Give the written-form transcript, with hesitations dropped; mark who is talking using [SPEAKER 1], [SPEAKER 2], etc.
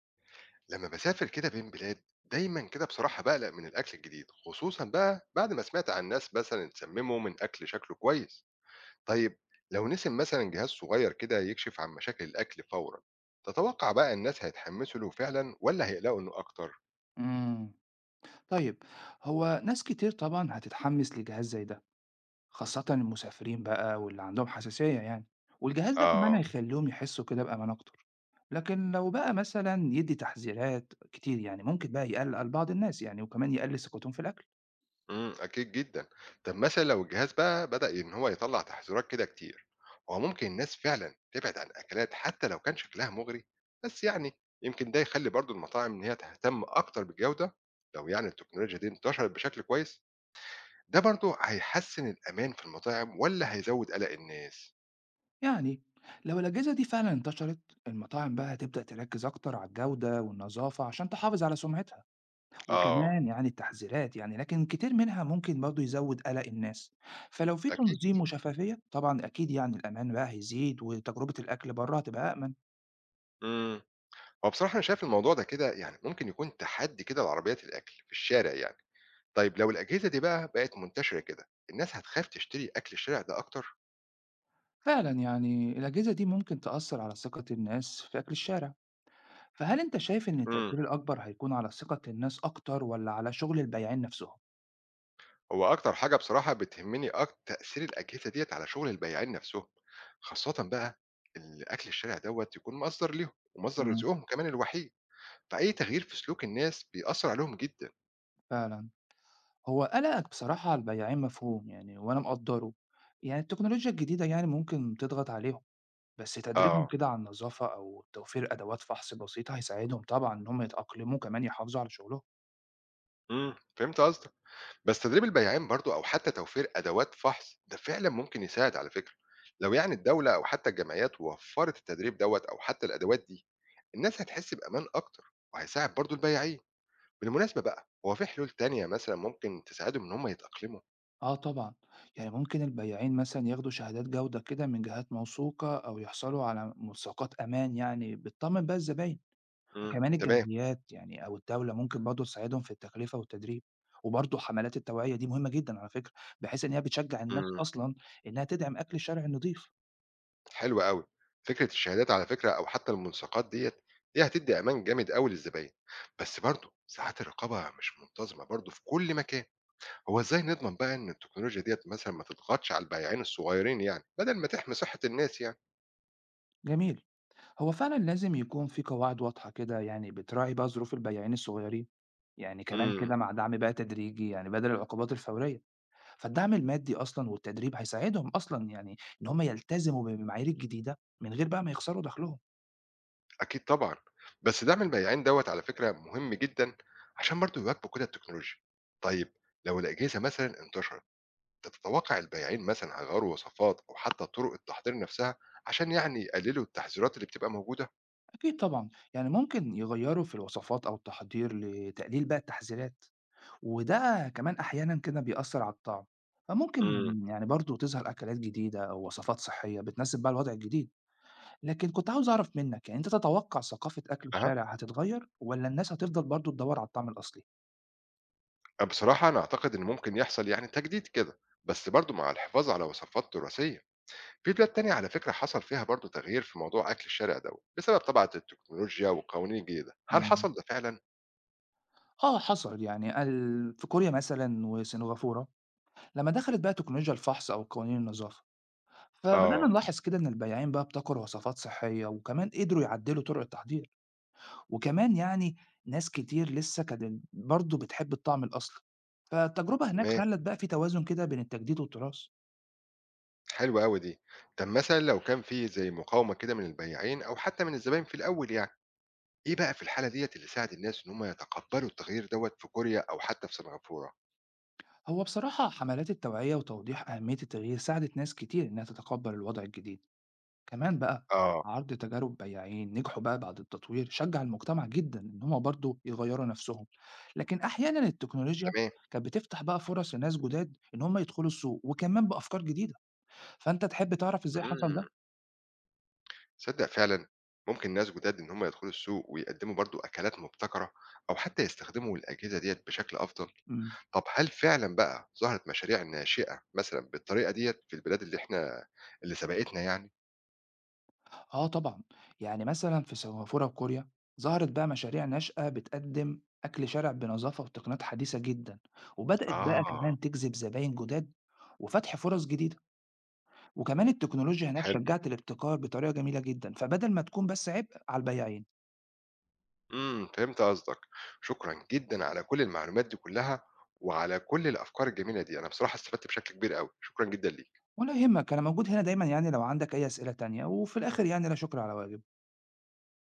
[SPEAKER 1] لما بسافر كده بين بلاد دايما كده بصراحة بقلق من الأكل الجديد، خصوصا بقى بعد ما سمعت عن ناس مثلا اتسمموا من أكل شكله كويس. طيب، لو نسم مثلا جهاز صغير كده يكشف عن مشاكل الأكل فورا، تتوقع بقى الناس هيتحمسوا له فعلا ولا هيقلقوا إنه أكتر؟
[SPEAKER 2] إمم. طيب، هو ناس كتير طبعًا هتتحمّس لجهاز زي ده، خاصةً المسافرين بقى واللي عندهم حساسية يعني، والجهاز ده كمان
[SPEAKER 1] آه.
[SPEAKER 2] هيخلّيهم يحسّوا كده بأمان أكتر. لكن لو بقى مثلًا يدّي تحذيرات كتير يعني ممكن بقى يقلّق لبعض الناس يعني وكمان يقلّل ثقتهم في الأكل.
[SPEAKER 1] إمم، أكيد جدًا. طب مثلًا لو الجهاز بقى بدأ إن هو يطلّع تحذيرات كده كتير، هو ممكن الناس فعلًا تبعد عن أكلات حتى لو كان شكلها مغري؟ بس يعني يمكن ده يخلّي برضه المطاعم إن هي تهتم أكتر بالجودة، لو يعني التكنولوجيا دي انتشرت بشكل كويس، ده برضه هيحسّن الأمان في المطاعم والّا هيزوّد قلق الناس؟
[SPEAKER 2] يعني لو الأجهزة دي فعلًا انتشرت، المطاعم بقى هتبدأ تركّز أكتر على الجودة والنضافة عشان تحافظ على سمعتها.
[SPEAKER 1] آه،
[SPEAKER 2] وكمان يعني التحذيرات يعني لكن كتير منها ممكن برضه يزود قلق الناس. فلو في
[SPEAKER 1] أكيد.
[SPEAKER 2] تنظيم وشفافية طبعا أكيد يعني الأمان بقى هيزيد وتجربة الأكل بره هتبقى أأمن.
[SPEAKER 1] إمم. هو بصراحة أنا شايف الموضوع ده كده يعني ممكن يكون تحدي كده لعربيات الأكل في الشارع يعني. طيب، لو الأجهزة دي بقى بقت منتشرة كده، الناس هتخاف تشتري أكل الشارع ده أكتر؟
[SPEAKER 2] فعلا يعني الأجهزة دي ممكن تأثر على ثقة الناس في أكل الشارع، فهل أنت شايف إن
[SPEAKER 1] امم
[SPEAKER 2] التأثير الأكبر هيكون على ثقة الناس أكتر ولا على شغل البياعين نفسهم؟
[SPEAKER 1] هو أكتر حاجة بصراحة بتهمني تأثير الأجهزة ديّة على شغل البياعين نفسهم، خاصةً بقى الأكل الشارع دوّة يكون مصدر ليهم، ومصدر
[SPEAKER 2] امم
[SPEAKER 1] رزقهم كمان الوحيد، فأي تغيير في سلوك الناس بيأثر عليهم جدًا.
[SPEAKER 2] فعلا، هو قلقك بصراحة على البياعين مفهوم يعني وأنا مقدره، يعني التكنولوجيا الجديدة يعني ممكن تضغط عليهم، بس تدريبهم
[SPEAKER 1] آه،
[SPEAKER 2] كده على النظافة أو توفير أدوات فحص بسيطة هيساعدهم طبعا إن هم يتأقلموا كمان يحافظوا على شغلهم.
[SPEAKER 1] فهمت قصدك. بس تدريب البياعين برضه أو حتى توفير أدوات فحص ده فعلًا ممكن يساعد على فكرة، لو يعني الدولة أو حتى الجمعيات وفّرت التدريب دوّة أو حتى الأدوات دي. الناس هتحس بأمان أكتر، وهيساعد برضو البياعين. بالمناسبة بقى، هو في حلول تانية مثلا ممكن تساعدهم إن هم يتأقلموا؟
[SPEAKER 2] آه طبعا، يعني ممكن البياعين مثلا ياخدوا شهادات جودة كده من جهات موثوقة أو يحصلوا على ملصقات أمان يعني بتطمن بقى الزباين.
[SPEAKER 1] امم،
[SPEAKER 2] وكمان
[SPEAKER 1] تمام.
[SPEAKER 2] الجمعيات يعني أو الدولة ممكن برضه تساعدهم في التكلفة والتدريب، وبرضه حملات التوعية دي مهمة جدا على فكرة، بحيث إن هي بتشجع الناس
[SPEAKER 1] امم
[SPEAKER 2] أصلا إنها تدعم أكل الشارع النظيف.
[SPEAKER 1] حلو قوي. فكرة الشهادات على فكرة أو حتى الملصقات ديت، دي هتدي أمان جامد قوي للزباين. بس برضو ساعات الرقابة مش منتظمة برضو في كل مكان. هو إزاي نضمن بقى إن التكنولوجيا ديت مثلا ما تضغطش على البياعين الصغيرين يعني بدل ما تحمي صحة الناس يعني؟
[SPEAKER 2] جميل، هو فعلًا لازم يكون في قواعد واضحة كده يعني بتراعي بقى ظروف البياعين الصغيرين، يعني كمان
[SPEAKER 1] امم
[SPEAKER 2] كده مع دعم بقى تدريجي يعني بدل العقوبات الفورية، فالدعم المادي أصلًا والتدريب هيساعدهم أصلًا يعني إن هم يلتزموا بالمعايير الجديدة من غير بقى ما يخسروا دخلهم.
[SPEAKER 1] أكيد طبعًا، بس دعم البياعين دوّة على فكرة مهم جدًا عشان برضه يواكبوا كده التكنولوجيا. طيب، لو الأجهزة مثلًا انتشرت، أنت تتوقع البياعين مثلًا هيغيّروا وصفات أو حتى طرق التحضير نفسها عشان يعني يقللوا التحذيرات اللي بتبقى موجودة؟
[SPEAKER 2] أكيد طبعًا، يعني ممكن يغيروا في الوصفات أو التحضير لتقليل بقى التحذيرات، وده كمان أحيانًا كده بيأثر على الطعم، فممكن
[SPEAKER 1] إمم.
[SPEAKER 2] يعني برضه تظهر أكلات جديدة أو وصفات صحية بتناسب بقى الوضع الجديد. لكن كنت عاوز أعرف منّك، يعني أنت تتوقّع ثقافة أكل
[SPEAKER 1] أها،
[SPEAKER 2] الشارع هتتغيّر والّا الناس هتفضل برضه تدوّر على الطعم الأصلي؟
[SPEAKER 1] بصراحة أنا أعتقد إن ممكن يحصل يعني تجديد كده، بس برضه مع الحفاظ على وصفات تراثية. في بلاد تانية على فكرة حصل فيها برضه تغيير في موضوع أكل الشارع دوّة، بسبب طبعًا التكنولوجيا والقوانين الجديدة. هل
[SPEAKER 2] إمم.
[SPEAKER 1] حصل ده فعلًا؟
[SPEAKER 2] آه حصل، يعني ال في كوريا مثلًا وسنغافورة لمّا دخلت بقى تكنولوجيا الفحص أو قوانين النضافة، فبدأنا
[SPEAKER 1] آه،
[SPEAKER 2] نلاحظ كده إن البياعين بقى ابتكروا وصفات صحّية وكمان قدروا يعدّلوا طُرق التحضير، وكمان يعني ناس كتير لسّه كانت برضه بتحب الطعم الأصلي، فالتجربة هناك
[SPEAKER 1] ماشي.
[SPEAKER 2] خلّت بقى في توازن كده بين التجديد والتراث.
[SPEAKER 1] حلوة أوي دي. طب مثلًا لو كان في زي مقاومة كده من البياعين أو حتى من الزباين في الأول يعني، إيه بقى في الحالة ديّة اللي ساعد الناس إن هم يتقبّلوا التغيير دوّة في كوريا أو حتى في سنغافورة؟
[SPEAKER 2] هو بصراحة حملات التوعية وتوضيح أهمية التغيير ساعدت ناس كتير إنها تتقبل الوضع الجديد، كمان بقى
[SPEAKER 1] آه،
[SPEAKER 2] عرض تجارب بياعين نجحوا بقى بعد التطوير شجع المجتمع جدا إن هما برضو يغيروا نفسهم. لكن أحيانا التكنولوجيا
[SPEAKER 1] تمام.
[SPEAKER 2] كانت بتفتح بقى فرص لناس جداد إن هما يدخلوا السوق وكمان بأفكار جديدة. فأنت تحب تعرف إزاي حصل
[SPEAKER 1] إمم،
[SPEAKER 2] ده؟
[SPEAKER 1] تصدق فعلًا ممكن ناس جداد إن هم يدخلوا السوق ويقدّموا برضه أكلات مبتكرة أو حتى يستخدموا الأجهزة ديّة بشكل أفضل.
[SPEAKER 2] مم.
[SPEAKER 1] طب هل فعلًا بقى ظهرت مشاريع ناشئة مثلًا بالطريقة ديّة في البلاد اللي سبقتنا يعني؟
[SPEAKER 2] آه طبعًا، يعني مثلًا في سنغافورة وكوريا ظهرت بقى مشاريع ناشئة بتقدم أكل شارع بنظافة وتقنيات حديثة جدًا، وبدأت بقى
[SPEAKER 1] آه،
[SPEAKER 2] كمان تجذب زباين جداد وفتح فرص جديدة، وكمان التكنولوجيا هناك
[SPEAKER 1] حلو.
[SPEAKER 2] شجعت الابتكار بطريقة جميلة جدًا، فبدل ما تكون بس عبء على البياعين.
[SPEAKER 1] فهمت قصدك. شكرا جدا على كل المعلومات دي كلها، وعلى كل الافكار الجميله دي. انا بصراحه استفدت بشكل كبير قوي. شكرا جدا ليك.
[SPEAKER 2] ولا يهمك، أنا موجود هنا دايمًا يعني لو عندك أي أسئلة تانية، وفي الآخر يعني لا شكر على واجب.